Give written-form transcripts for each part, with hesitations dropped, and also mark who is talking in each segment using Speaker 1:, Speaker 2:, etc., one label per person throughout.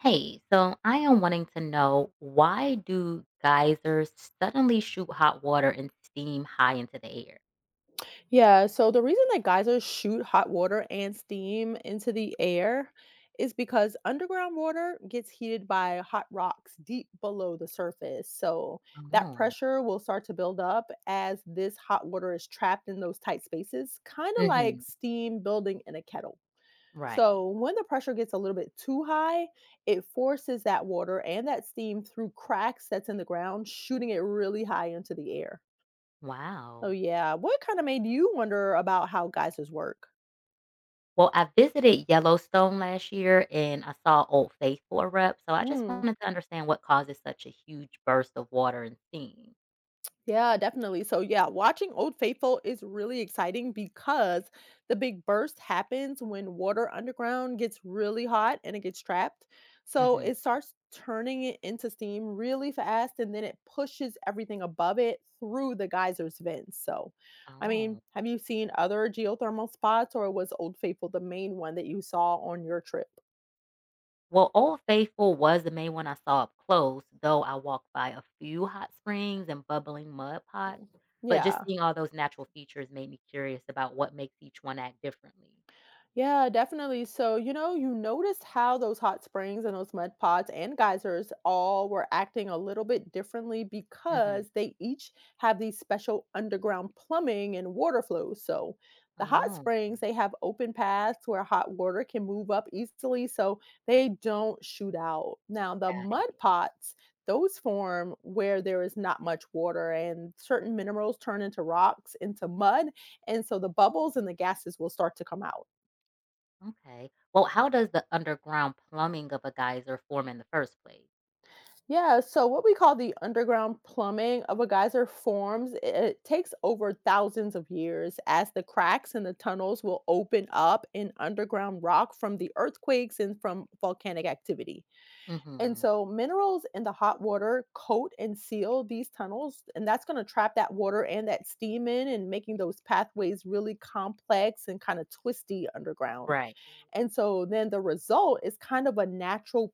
Speaker 1: Hey, so I am wanting to know why do geysers suddenly shoot hot water and steam high into the air?
Speaker 2: Yeah, so the reason that geysers shoot hot water and steam into the air is because underground water gets heated by hot rocks deep below the surface. So that
Speaker 1: Oh,
Speaker 2: pressure will start to build up as this hot water is trapped in those tight spaces, kind of like
Speaker 1: hmm,
Speaker 2: steam building in a kettle.
Speaker 1: right.
Speaker 2: So when the pressure gets a little bit too high, it forces that water and that steam through cracks that's in the ground, shooting it really high into the air. Oh,
Speaker 1: Wow.
Speaker 2: yeah. What kinda made you wonder about how guises work?
Speaker 1: Well, I visited Yellowstone last year and I saw Old Faithful erupt, so I just
Speaker 2: Hmm.
Speaker 1: wanted to understand what causes such a huge burst of water and steam.
Speaker 2: Yeah, definitely. So, yeah, watching Old Faithful is really exciting because the big burst happens when water underground gets really hot and it gets trapped. So
Speaker 1: Hmm.
Speaker 2: it starts turning it into steam really fast and then it pushes everything above it through the geyser's vents. So, I
Speaker 1: Oh.
Speaker 2: mean, have you seen other geothermal spots, or was Old Faithful the main one that you saw on your trip?
Speaker 1: Well, Old Faithful was the main one I saw up close, though I walked by a few hot springs and bubbling mud pots. But just
Speaker 2: Yeah.
Speaker 1: seeing all those natural features made me curious about what makes each one act differently.
Speaker 2: Yeah, definitely. So, you know, you noticed how those hot springs and those mud pots and geysers all were acting a little bit differently
Speaker 1: Hmm.
Speaker 2: because they each have these special underground plumbing and water flows. So the hot
Speaker 1: Oh,
Speaker 2: springs, they have open paths where hot water can move up easily so they don't shoot out. Now, the
Speaker 1: got it.
Speaker 2: mud pots, those form where there is not much water and certain minerals turn into rocks, into mud. And so the bubbles and the gases will start to come out.
Speaker 1: Okay. Well, how does the underground plumbing of a geyser form in the first place?
Speaker 2: Yeah, so what we call the underground plumbing of a geyser forms, it takes over thousands of years as the cracks in the tunnels will open up in underground rock from the earthquakes and from volcanic activity. And
Speaker 1: Hmm.
Speaker 2: so minerals in the hot water coat and seal these tunnels, and that's going to trap that water and that steam in and making those pathways really complex and kind of twisty underground.
Speaker 1: Right.
Speaker 2: And so then the result is kind of a natural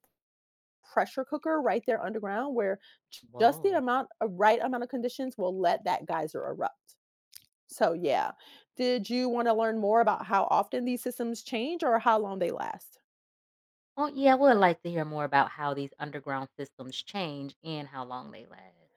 Speaker 2: pressure cooker right there underground where j just the
Speaker 1: Whoa.
Speaker 2: amount a right amount of conditions will let that geyser erupt. So, yeah. Did you wanna learn more about how often these systems change or how long they last?
Speaker 1: Well, yeah, I would like to hear more about how these underground systems change and how long they last.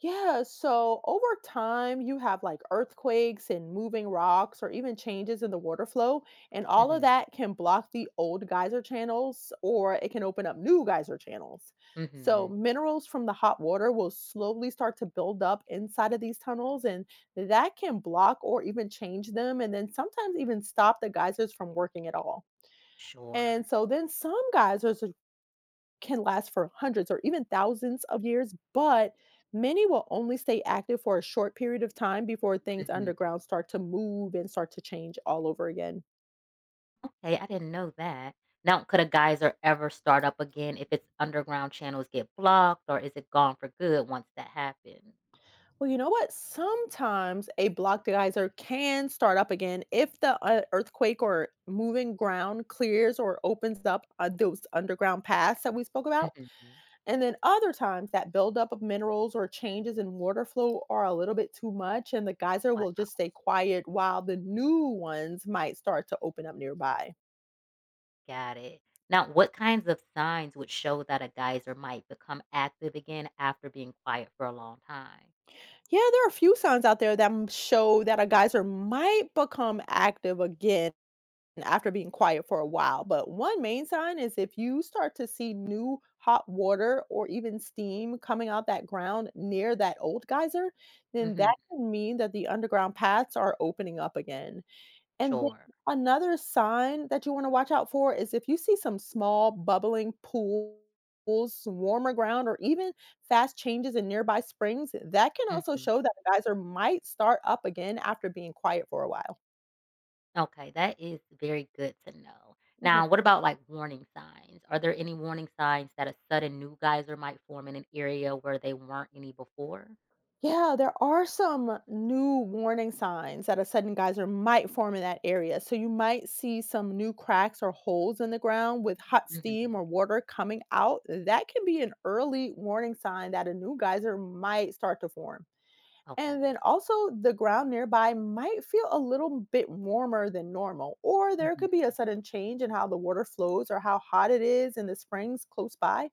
Speaker 2: Yeah, so over time, you have like earthquakes and moving rocks or even changes in the water flow, and all
Speaker 1: Hmm.
Speaker 2: of that can block the old geyser channels or it can open up new geyser channels. So
Speaker 1: Hmm.
Speaker 2: minerals from the hot water will slowly start to build up inside of these tunnels, and that can block or even change them, and then sometimes even stop the geysers from working at all. And
Speaker 1: Sure.
Speaker 2: so then some geysers can last for hundreds or even thousands of years, but many will only stay active for a short period of time before things
Speaker 1: Mm-hmm.
Speaker 2: underground start to move and start to change all over again.
Speaker 1: Hey, I didn't know that. Now, could a geyser ever start up again if its underground channels get blocked, or is it gone for good once that happens?
Speaker 2: Well, you know what? Sometimes a block geyser can start up again if the earthquake or moving ground clears or opens up those underground paths that we spoke about.
Speaker 1: Mhm.
Speaker 2: And then other times that buildup of minerals or changes in water flow are a little bit too much, and the geyser will
Speaker 1: Wow,
Speaker 2: just stay quiet while the new ones might start to open up nearby.
Speaker 1: got it. Now, what kinds of signs would show that a geyser might become active again after being quiet for a long time?
Speaker 2: Yeah, there are a few signs out there that show that a geyser might become active again after being quiet for a while. But one main sign is if you start to see new hot water or even steam coming out that ground near that old geyser, then that
Speaker 1: Hmm.
Speaker 2: can mean that the underground paths are opening up again. And then
Speaker 1: Sure.
Speaker 2: another sign that you wanna watch out for is if you see some small bubbling pools, warmer ground, or even fast changes in nearby springs, that can also
Speaker 1: Hmm.
Speaker 2: show that a geyser might start up again after being quiet for a while.
Speaker 1: Okay, that is very good to know.
Speaker 2: Mhm.
Speaker 1: Now, what about like warning signs? Are there any warning signs that a sudden new geyser might form in an area where they weren't any before?
Speaker 2: Yeah, there are some new warning signs that a sudden geyser might form in that area. So you might see some new cracks or holes in the ground with hot steam
Speaker 1: Hmm.
Speaker 2: or water coming out. That can be an early warning sign that a new geyser might start to form. And
Speaker 1: Okay.
Speaker 2: then also, the ground nearby might feel a little bit warmer than normal, or there
Speaker 1: Mhm.
Speaker 2: could be a sudden change in how the water flows or how hot it is in the springs close by.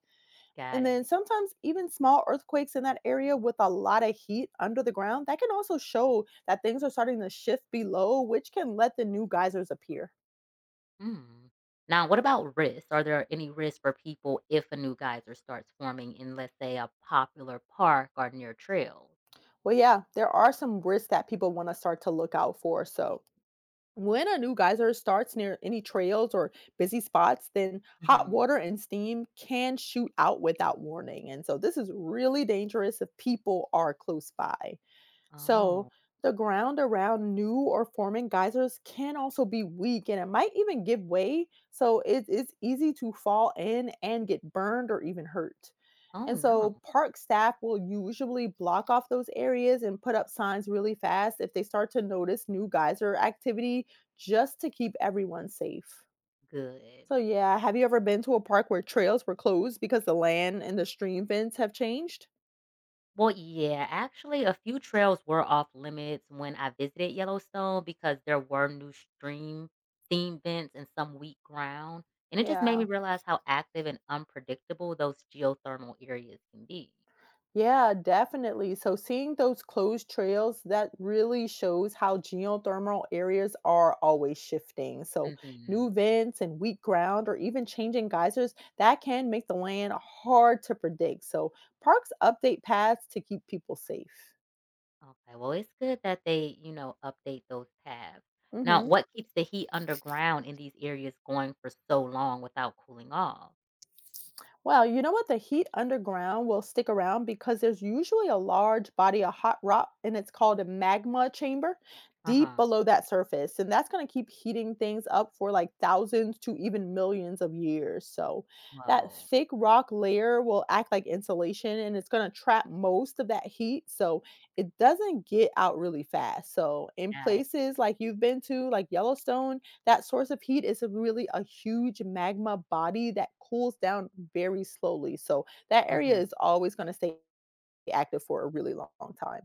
Speaker 1: Got
Speaker 2: And then
Speaker 1: it.
Speaker 2: sometimes even small earthquakes in that area with a lot of heat under the ground, that can also show that things are starting to shift below, which can let the new geysers appear.
Speaker 1: Mm. Now, what about risks? Are there any risks for people if a new geyser starts forming in, let's say, a popular park or near trails?
Speaker 2: Well, yeah, there are some risks that people want to start to look out for. So when a new geyser starts near any trails or busy spots, then hot
Speaker 1: Hmm.
Speaker 2: water and steam can shoot out without warning. And so this is really dangerous if people are close by. So
Speaker 1: Oh,
Speaker 2: the ground around new or forming geysers can also be weak and it might even give way. So it is easy to fall in and get burned or even hurt.
Speaker 1: oh
Speaker 2: And
Speaker 1: no.
Speaker 2: so park staff will usually block off those areas and put up signs really fast if they start to notice new geyser activity just to keep everyone safe.
Speaker 1: Good.
Speaker 2: So, yeah, have you ever been to a park where trails were closed because the land and the stream vents have changed?
Speaker 1: Well, yeah, actually, a few trails were off limits when I visited Yellowstone because there were new stream steam vents and some weak ground. And it just made me
Speaker 2: Yeah.
Speaker 1: realize how active and unpredictable those geothermal areas can be.
Speaker 2: Yeah, definitely. So seeing those closed trails, that really shows how geothermal areas are always shifting. So new
Speaker 1: Hmm.
Speaker 2: vents and weak ground or even changing geysers, that can make the land hard to predict. So parks update paths to keep people safe.
Speaker 1: Okay, well, it's good that they update those tabs. Now,
Speaker 2: Mhm.
Speaker 1: what keeps the heat underground in these areas going for so long without cooling off?
Speaker 2: Well, you know what? The heat underground will stick around because there's usually a large body of hot rock and it's called a magma chamber
Speaker 1: Uh
Speaker 2: deep
Speaker 1: huh.
Speaker 2: below that surface. And that's going to keep heating things up for like thousands to even millions of years. So that
Speaker 1: Whoa,
Speaker 2: thick rock layer will act like insulation and it's going to trap most of that heat. So it doesn't get out really fast. So in
Speaker 1: got it.
Speaker 2: places like you've been to, like Yellowstone, that source of heat is a really a huge magma body that cools down very slowly. So that area
Speaker 1: Mm-hmm.
Speaker 2: is always going to stay active for a really long time.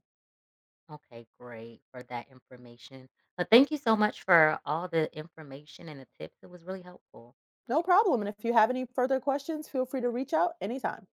Speaker 1: Okay, great for that information. But thank you so much for all the information and the tips. It was really helpful.
Speaker 2: No problem. And if you have any further questions, feel free to reach out anytime.